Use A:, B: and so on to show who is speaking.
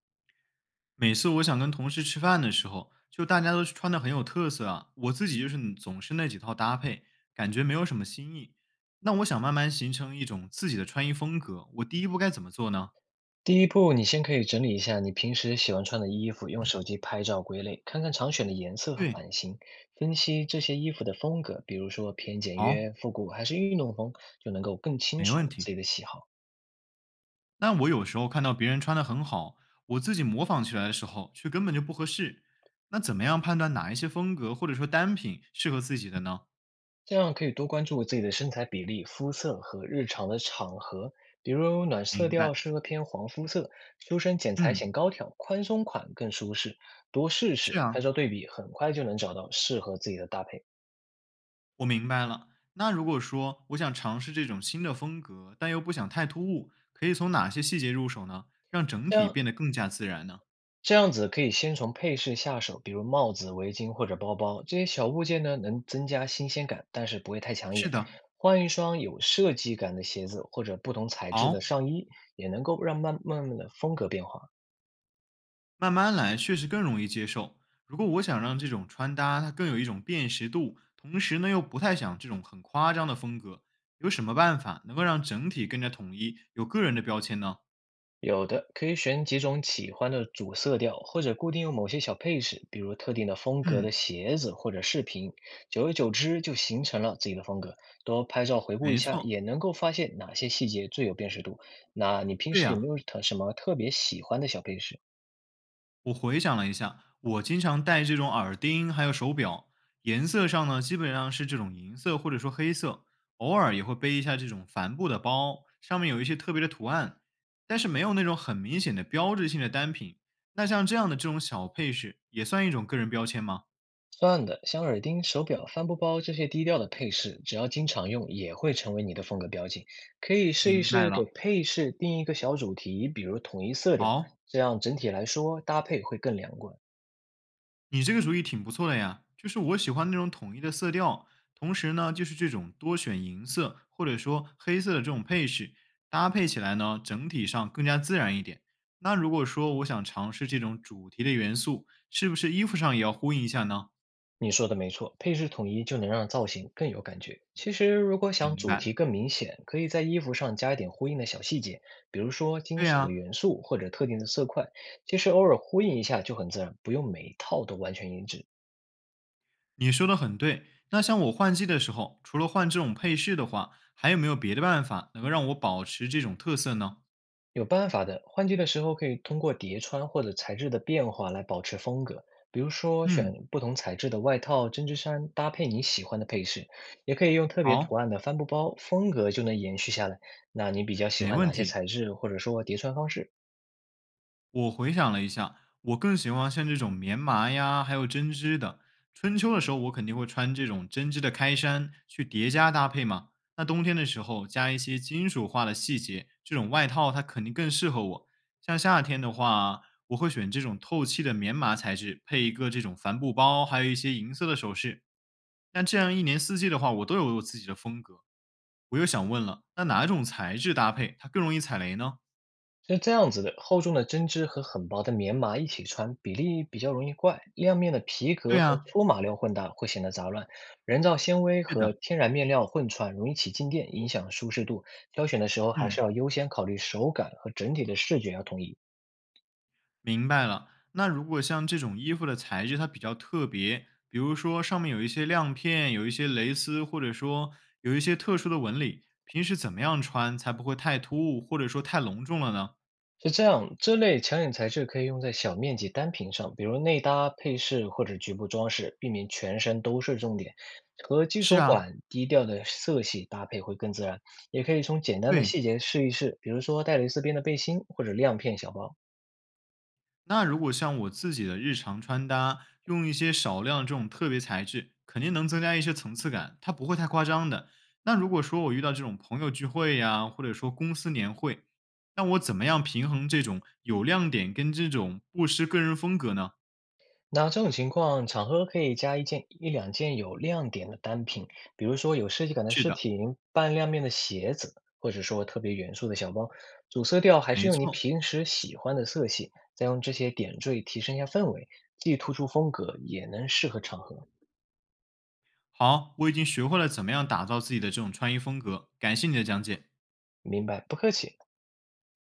A: 每次我想跟同事吃饭的时候，就大家都穿的很有特色啊，我自己就是总是那几套搭配，感觉没有什么新意。那我想慢慢形成一种自己的穿衣风格，我第一步该怎么做呢？
B: 第一步，你先可以整理一下你平时喜欢穿的衣服，用手机拍照归类，看看常选的颜色和
A: 对。
B: 版型，分析这些衣服的风格，比如说偏简
A: 好。
B: 约、复古还是运动风，就能够更清
A: 没问
B: 楚自
A: 题。
B: 己的喜好。
A: 那我有时候看到别人穿的很好，我自己模仿起来的时候却根本就不合适。那怎么样判断哪一些风格或者说单品适合自己的呢？
B: 这样可以多关注自己的身材比例、肤色和日常的场合，比如暖色
A: 明
B: 调
A: 白。
B: 适合偏黄肤色，修身剪裁
A: 嗯。
B: 显高挑，宽松款更舒适。多试
A: 是
B: 试，
A: 啊，
B: 拍照对比，很快就能找到适合自己的搭配。
A: 我明白了。那如果说我想尝试这种新的风格，但又不想太突兀，可以从哪些细节入手呢？让整
B: 这
A: 体
B: 样
A: 变得更加自然呢？
B: 这样子可以先从配饰下手，比如帽子、围巾或者包包，这些小物件呢，能增加新鲜感，但是不会太抢
A: 是
B: 眼。
A: 的。
B: 换一双有设计感的鞋子或者不同材质的
A: 好。
B: 上衣，也能够让慢慢的风格变化。
A: 慢慢来，确实更容易接受。如果我想让这种穿搭它更有一种辨识度，同时呢又不太想这种很夸张的风格，有什么办法能够让整体更加统一，有个人的标签呢？
B: 有的可以选几种喜欢的主色调，或者固定用某些小配饰，比如特定的风格的
A: 嗯。
B: 鞋子或者饰品。久而久之就形成了自己的风格。多拍照回顾一
A: 没
B: 下，
A: 错。
B: 也能够发现哪些细节最有辨识度。那你平
A: 对
B: 时有
A: 呀、
B: 没有特什么特别喜欢的小配饰？
A: 我回想了一下，我经常戴这种耳钉，还有手表，颜色上呢，基本上是这种银色或者说黑色，偶尔也会背一下这种帆布的包，上面有一些特别的图案，但是没有那种很明显的标志性的单品。那像这样的这种小配饰，也算一种个人标签吗？
B: 算的，像耳钉、手表、帆布包这些低调的配饰，只要经常用，也会成为你的风格标记。可以试一
A: 明白
B: 试
A: 了。
B: 给配饰定一个小主题，比如统一色调，
A: 好。
B: 这样整体来说搭配会更连贯。
A: 你这个主意挺不错的呀，就是我喜欢那种统一的色调，同时呢，就是这种多选银色或者说黑色的这种配饰，搭配起来呢，整体上更加自然一点。那如果说我想尝试这种主题的元素，是不是衣服上也要呼应一下呢？
B: 你说的没错，配饰统一就能让造型更有感觉。其实，如果想
A: 明
B: 主
A: 白。
B: 题更明显，可以在衣服上加一点呼应的小细节，比如说
A: 对
B: 金属的
A: 呀、
B: 元素或者特定的色块。其实偶尔呼应一下就很自然，不用每一套都完全一致。
A: 你说的很对。那像我换季的时候，除了换这种配饰的话，还有没有别的办法能够让我保持这种特色呢？
B: 有办法的，换季的时候可以通过叠穿或者材质的变化来保持风格，比如说
A: 嗯。
B: 选不同材质的外套、针织衫搭配你喜欢的配饰，也可以用特别
A: 好。
B: 图案的帆布包，风格就能延续下来。那你比较喜
A: 没
B: 欢
A: 问
B: 哪些
A: 题。
B: 材质，或者说叠穿方式？
A: 我回想了一下，我更喜欢像这种棉麻呀，还有针织的。春秋的时候，我肯定会穿这种针织的开衫去叠加搭配嘛。那冬天的时候，加一些金属化的细节，这种外套它肯定更适合我。像夏天的话，我会选这种透气的棉麻材质，配一个这种帆布包，还有一些银色的首饰。那这样一年四季的话，我都有我自己的风格。我又想问了，那哪种材质搭配它更容易踩雷呢？
B: 是这样子的，厚重的针织和很薄的棉麻一起穿，比例比较容易怪。亮面的皮
A: 对
B: 革和
A: 呀。
B: 粗麻料混搭会显得杂乱，人造纤维
A: 是的。
B: 和天然面料混穿容易起静电，影响舒适度。挑选的时候还是
A: 嗯。
B: 要优先考虑手感和整体的视觉要统一。
A: 明白了。那如果像这种衣服的材质它比较特别，比如说上面有一些亮片，有一些蕾丝，或者说有一些特殊的纹理，平时怎么样穿才不会太突兀，或者说太隆重了呢？
B: 是这样，这类强眼材质可以用在小面积单品上，比如内搭、配饰或者局部装饰，避免全身都是重点。和基
A: 是
B: 础
A: 啊。
B: 款低调的色系搭配会更自然，也可以从简单的
A: 对。
B: 细节试一试，比如说带蕾丝边的背心或者亮片小包。
A: 那如果像我自己的日常穿搭，用一些少量这种特别材质，肯定能增加一些层次感，它不会太夸张的。那如果说我遇到这种朋友聚会呀，或者说公司年会，那我怎么样平衡这种有亮点跟这种不失个人风格呢？
B: 那这种情况，场合可以加一件一两件有亮点的单品，比如说有设计感的
A: 是
B: 饰
A: 的。
B: 品、半亮面的鞋子，或者说特别元素的小包。主色调还是
A: 没
B: 用你
A: 错。
B: 平时喜欢的色系，再用这些点缀提升一下氛围，既突出风格，也能适合场合。
A: 好，我已经学会了怎么样打造自己的这种穿衣风格，感谢你的讲解。
B: 明白，不客气。